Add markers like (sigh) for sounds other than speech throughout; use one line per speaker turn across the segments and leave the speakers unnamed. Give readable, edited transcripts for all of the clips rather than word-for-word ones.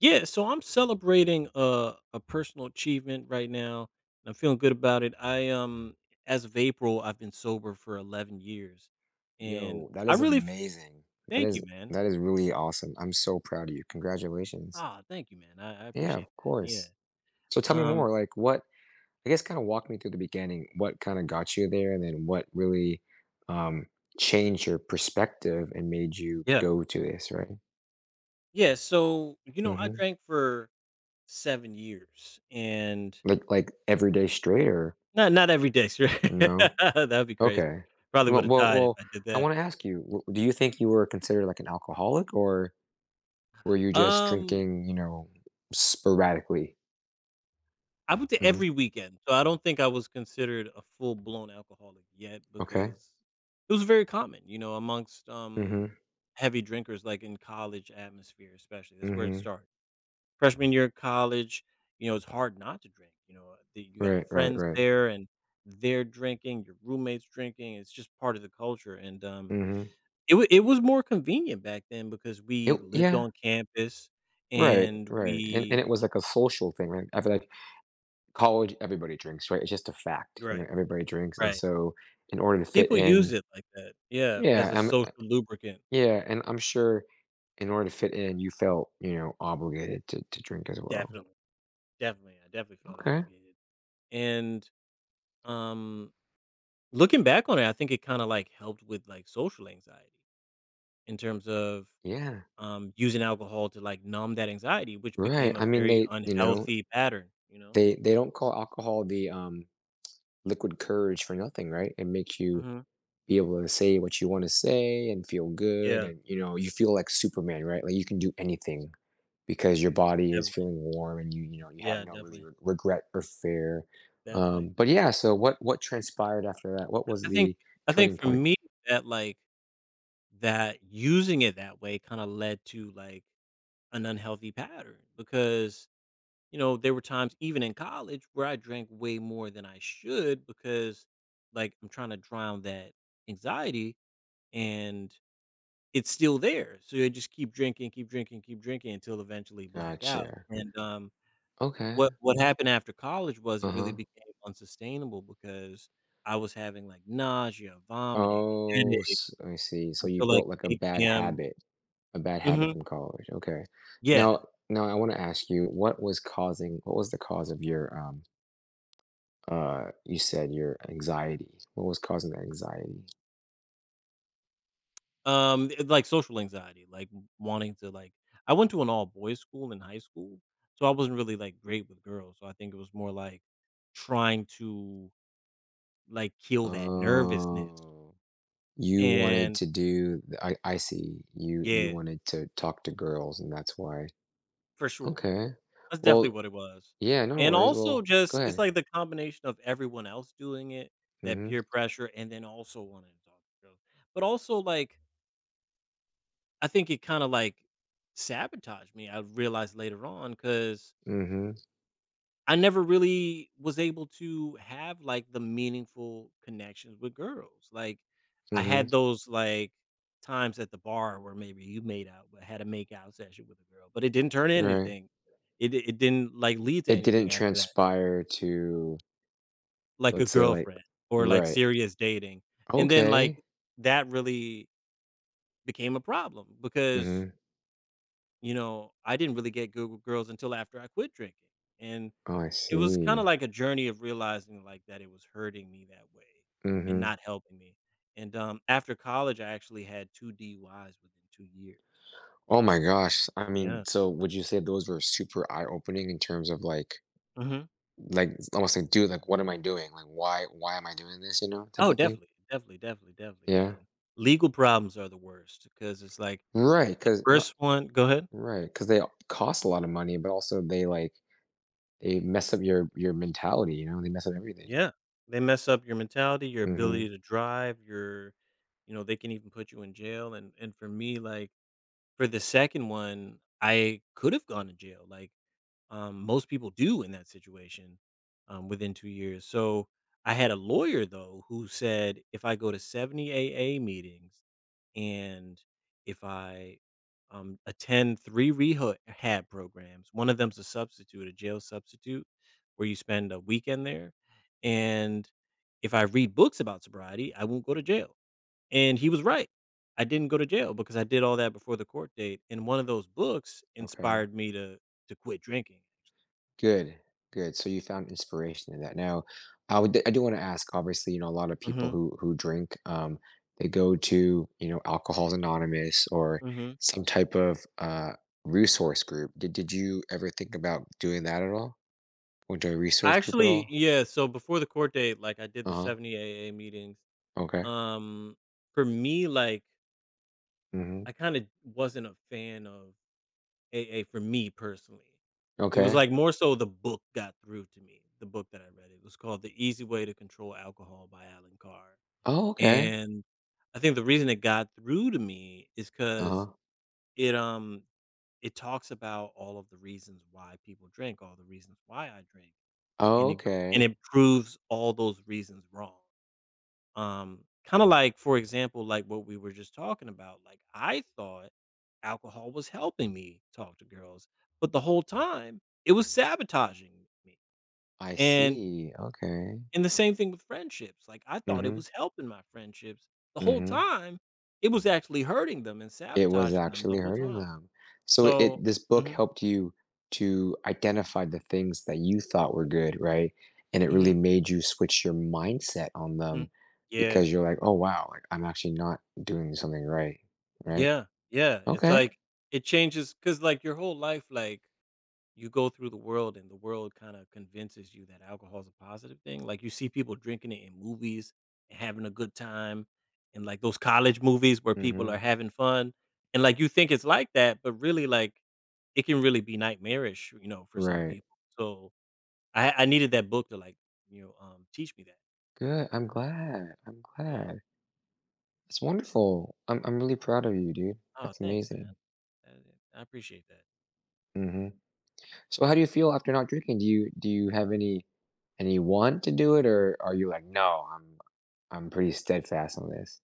Yeah, so I'm celebrating a personal achievement right now, and I'm feeling good about it. I As of April, I've been sober for 11 years, and
Yo, that is amazing. That
thank you,
is
man.
that is really awesome. I'm so proud of you. Congratulations.
Ah, thank you, man. I
Yeah, of
appreciate that. Yeah.
course. So tell me
Um.
more, like what I guess kind of walk me through the beginning, what kind of got you there and then what really um changed your perspective and made you
Yeah.
go to this, right?
Yeah. So I
Hmm.
drank for 7 years, and
Like every day straight or
not every day. (laughs) Sure.
no?
That'd be crazy.
Okay.
Probably
Well,
would have
well,
died if
well,
I did
I
that.
want to ask you, do you think you were considered like an alcoholic or were you just
Um.
drinking, you know, sporadically?
I went to
Mm-hmm.
every weekend, so I don't think I was considered a full-blown alcoholic yet
Okay.
because it was very common, amongst,
Mhm.
heavy drinkers, like, in college atmosphere especially, that's where it
Mhm.
started. Freshman year of college, it's hard not to drink, the you got
Right, right,
friends
right.
there and they're drinking, your roommate's drinking, it's just part of the culture, and,
Mm. Mhm.
it was more convenient back then because we
It
lived
Yeah.
on campus
Right,
and
right. And
we—
it was like a social thing, right? I feel like college, everybody drinks, right? It's just a fact. You know,
Right,
everybody drinks. And
right.
so in order to fit
People
in,
use it like that. Yeah,
yeah,
as a
I'm
social lubricant.
yeah, and I'm sure in order to fit in, you felt, you know, obligated to drink as well.
Definitely, definitely. I definitely felt
Okay.
obligated. And, um, looking back on it, I think it kinda, like, helped with, like, social anxiety in terms of,
Yeah.
using alcohol to, like, numb that anxiety, which
Right.
became a
I mean,
very
they, you know,
unhealthy pattern, you know?
they don't call alcohol the liquid courage for nothing, right? It makes you
Mhm.
be able to say what you want to say and feel good,
Yeah,
and you know, you feel like Superman, right? Like you can do anything because your body is
definitely.
feeling warm and you know you have
Yeah,
no really
definitely,
regret or fear.
definitely.
But yeah, so what transpired after that? What was
I think
the
I think
turning
for
point?
me that, like, that using it that way kinda led to, like, an unhealthy pattern because there were times even in college where I drank way more than I should because like I'm trying to drown that anxiety and it's still there. So I just keep drinking, keep drinking, keep drinking until eventually black out.
Gotcha.
And what
Okay.
what happened after college was it really
Uh-huh.
became unsustainable because I was having like nausea, vomiting, headache
I see, so you
until like
built like a bad
8 p.m.
habit, a bad habit
Hmm.
from college. Okay.
Yeah.
Now I want to ask you, what was causing, what was the cause of your you said your anxiety? What was causing the anxiety?
It like, social anxiety, like, w wanting to, like, I went to an all-boys school in high school, so I wasn't really, like, great with girls, so I think it was more like trying to, like, kill that nervousness,
Oh, you wanted
and—
to do I see, you
Yeah,
wanted to talk to girls, and that's why.
for sure.
Okay.
That's definitely
Well,
what it was.
yeah, no
And
worries.
also
Well, go
just it's
ahead.
like the combination of everyone else doing it, that
Mm-hmm.
peer pressure, and then also wanting to talk to girls. But also, like, I think it kinda, like, sabotaged me, I realized later on because.
Mm-hmm.
I never really was able to have, like, the meaningful connections with girls, like, I
Mm-hmm.
had those, like, times at the bar where maybe you made out, but had a make out session with a girl, but it didn't turn into
Right.
anything. It didn't, like, lead to
It didn't
anything after that,
transpire to,
like a
let's say, like,
girlfriend or, like,
right.
serious dating, and then,
Okay.
like, that really became a problem because,
Mm-hmm.
I didn't really get good with girls until after I quit drinking, and
Oh, I
it was kinda
see.
like a journey of realizing, like, that it was hurting me that way and
Mm-hmm.
not helping me, and, after college, I actually had 2 DUIs within 2 years.
Oh my gosh. I mean,
Yeah.
so would you say those were super eye-opening in terms of like
Mhm.
like it's almost like, dude, like what am I doing? Like why am I doing this, you know, type
Oh,
of thing?
definitely, definitely, definitely, definitely,
Yeah.
man. Legal problems are the worst because it's like
Right,
the
because not,
first one— Go ahead.
right because they cost a lot of money, but also they like they mess up your mentality, you know, they mess up everything.
Yeah. They mess up your mentality, your
Hmm.
ability to drive, your— they can even put you in jail, and for me, like, for the second one, I could have gone to jail, like. Most people do in that situation, within 2 years. So I had a lawyer though who said if I go to 70 AA meetings and if I attend three rehab programs, one of them's a substitute, a jail substitute, where you spend a weekend there. And if I read books about sobriety, I won't go to jail. And he was right. I didn't go to jail because I did all that before the court date. And one of those books
Okay.
inspired me to quit drinking.
Good, good. So you found inspiration in that. Now I would, I do want to ask, obviously, you know, a lot of people
Mhm,
who drink, they go to, you know, alcohol's anonymous or
mhm.
some type of resource group. Did you ever think about doing that at all? Or to a
I
resource group at
actually
all?
yeah, so before the court date, like, I did the
Uh-huh.
70 AA meetings.
Okay.
Um, for me, like,
Mhm.
I kinda wasn't a fan of AA for me personally. It was,
Okay.
like, more so the book got through to me, the book that I read. It was called The Easy Way to Control Alcohol by Alan Carr,
Oh, okay.
and I think the reason it got through to me is because
Uh-huh.
it, um, it talks about all of the reasons why people drink, all the reasons why I drink. And it and
Okay.
it proves all those reasons wrong. Kinda like, for example, like what we were just talking about, like, I thought alcohol was helping me talk to girls, but the whole time, it was sabotaging me.
I
And
see. Okay.
and the same thing with friendships, like, I thought it
Mhm.
was helping my friendships. The whole
Mhm.
time, it was actually hurting them and
It was
sabotaging them
actually
the whole
hurting
time.
them. So it,
So
this book
mhm,
helped you to identify the things that you thought were good, right? And it really
mhm,
made you switch your mindset on
mm.
them
Yeah,
because you're like, "Oh, wow, like I'm actually not doing something right." Right?
yeah, yeah, it's
Okay.
like, it changes because like, your whole life, like you go through the world and the world kind of convinces you that alcohol is a positive thing. Like you see people drinking it in movies and having a good time and like those college movies where people are
Mhm.
having fun. And like you think it's like that, but really like it can really be nightmarish, for some
Right.
people. So I needed that book to like, teach me that.
Good. I'm glad. I'm
Yeah.
glad. That's wonderful. I'm really proud of you, dude.
Oh,
That's
thanks, man.
amazing.
I appreciate that.
Mhm. So how do you feel after not drinking? Do you have any want to do it, or are you like, "No, I'm pretty steadfast on this."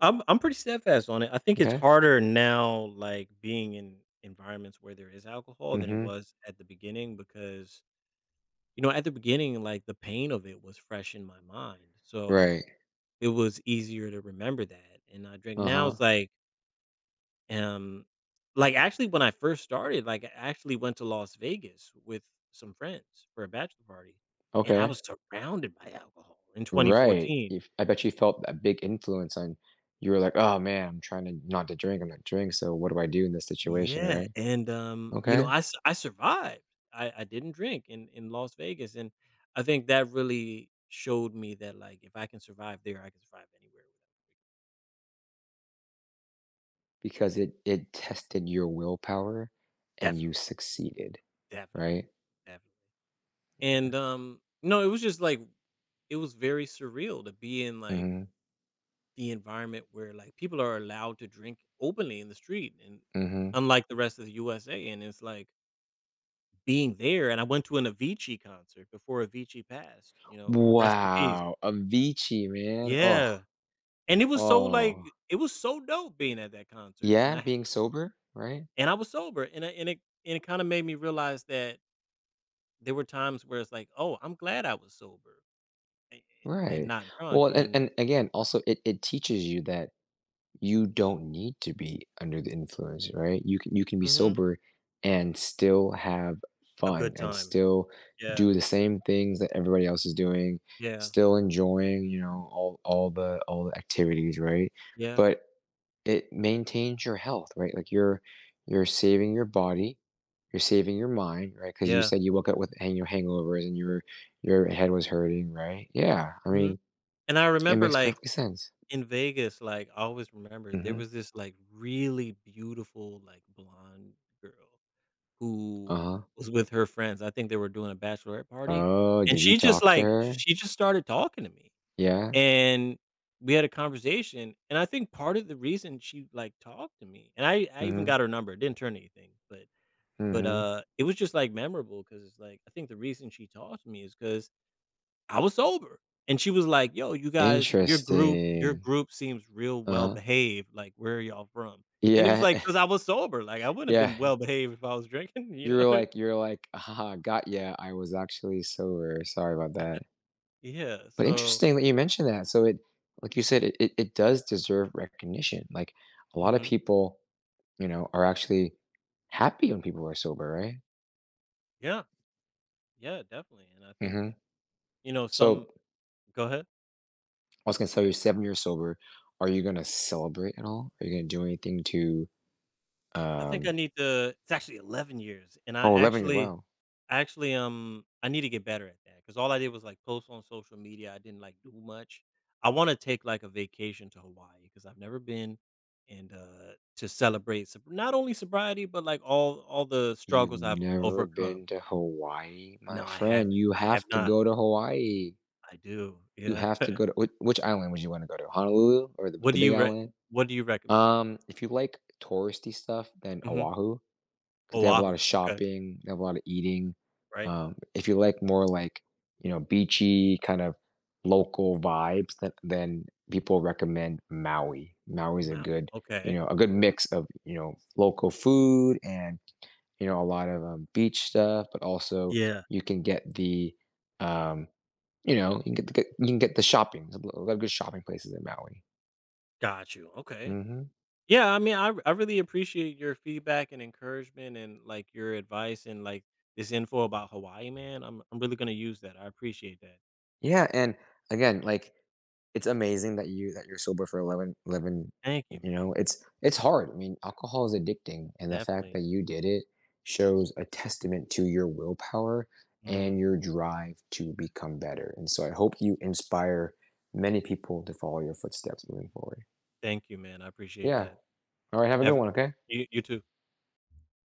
I'm pretty steadfast on it. I think it's
Okay.
harder now, like being in environments where there is alcohol than it
Mhm.
was at the beginning because at the beginning like the pain of it was fresh in my mind, so
Right.
it was easier to remember that. And I drink now
Uh-huh.
it's um like actually when I first started, like I actually went to Las Vegas with some friends for a bachelor party, and I
Okay.
was surrounded by alcohol in
Right.
2014.
If I bet you felt a big influence on, you were like, "Oh, man, I'm trying to not to drink. I'm not drink, so what do I do in this situation?"
Yeah,
Right?
and,
Okay.
I survived. I didn't drink in Las Vegas, and I think that really showed me that, like, if I can survive there, I can survive anywhere without
Because it tested your willpower
drinking.
and you
Definitely,
succeeded,
definitely,
right?
definitely.
Yeah.
And, no, it was just, like it was very surreal to be in, like,
Mhm.
the environment where, like, people are allowed to drink openly in the street and
Mhm.
unlike the rest of the USA, and it's, like, being there and I went to an Avicii concert before Avicii passed, rest in peace.
Wow, Avicii, man. Oh,
Yeah, and it was so,
oh.
like it was so dope being at that concert, and
Yeah,
I
being sober, right?
and I was sober, and it kinda made me realize that there were times where it's like, "Oh, I'm glad I was sober a and
Right.
not drunk,"
Well, and
and
and again, also it teaches you that you don't need to be under the influence, right? You can be
mhm.
sober and still have
A
fun
good
and
time.
still
Yeah,
do the same things that everybody else is doing,
yeah,
still enjoying, you know, all the all the activities, right?
yeah,
But it maintains your health, right? Like you're saving your body, you're saving your mind, right? Because you
yeah,
said you woke up with hang your hangovers and your head was hurting, right? Yeah, I
mhm,
mean
and I
it
remember,
makes
like,
perfect sense.
in Vegas, like, I always remember there
Mm-hmm.
was this, like, really beautiful, like, blonde girl
Uh
who
huh.
was with her friends. I think they were doing a bachelorette party,
Oh,
and
did you talk to
like
her?
she just started talking to me,
Yeah.
and we had a conversation, and I think part of the reason she, like, talked to me and I even
Mm-hmm.
got her number, it didn't turn anything, but
Mm-hmm.
it was just, like, memorable because it's, like, I think the reason she talked to me is because I was sober, and she was like, "Yo, your group your
Interesting.
group seems real well
Uh-huh.
behaved, like, where are y'all from?" And it was
Yeah.
like because I
(laughs)
was sober, like, I wouldn't have
Yeah.
been well behaved if I was drinking, (laughs) you
You were
know?
like, you are like, ah, got ya. I was actually sober. Sorry about that.
Yeah.
But
So,
interesting that you mentioned that. So it, like you said, it does deserve recognition. Like a lot of
mhm.
people, you know, are actually happy when people are sober, right?
Yeah. Yeah, definitely. And I think,
Hmm. So
some— go ahead.
I was gonna tell you, 7 years sober. Are you gonna celebrate at all? Are you gonna do anything to?
I think I
Um,
need to— it's actually 11 years, and I
oh, 11 years.
actually
Wow,
I actually um I need to get better at that cuz all I did was like post on social media. I didn't like do much. I want to take like a vacation to Hawaii cuz I've never been, and to celebrate not only sobriety but like all the
you've
struggles I've
never
overcome.
been to Hawaii, my
No, I
friend.
haven't.
You
I have
have to
not.
go to Hawaii.
I do.
You
Yeah.
have to go
(laughs)
to which island would you want to go to? Honolulu or
what
the
do
Big
you re-
Island?
what do you recommend then?
If you like touristy stuff, then
Mm-hmm.
Oahu, because they have a lot of
Oahu, okay,
shopping, they have a lot of eating.
right?
If you like more like, you know, beachy kind of local vibes, then people recommend Maui. Maui's a
Maui,
good, you
okay.
know, a good mix of, you know, local food and, you know, a lot of beach stuff, but also
Yeah,
you can get the, um, you know, you can get the good, you can get the shopping. There's a lot of good shopping places in Maui.
got you, okay.
Hmm.
Yeah, I mean, I really appreciate your feedback and encouragement and, like, your advice and, like, this info about Hawaii, man. I'm really gonna use that, I appreciate that.
Yeah, and again, like it's amazing that you're sober for 11,
Thank you,
you
man.
know, it's hard. I mean, alcohol is addicting, and the fact
Definitely.
that you did it shows a testament to your willpower
Mm,
and your drive to become better. And so I hope you inspire many people to follow your footsteps moving forward.
Thank you, man, I appreciate
Yeah,
that.
all right, have a good
Have
one. Okay.
You you too.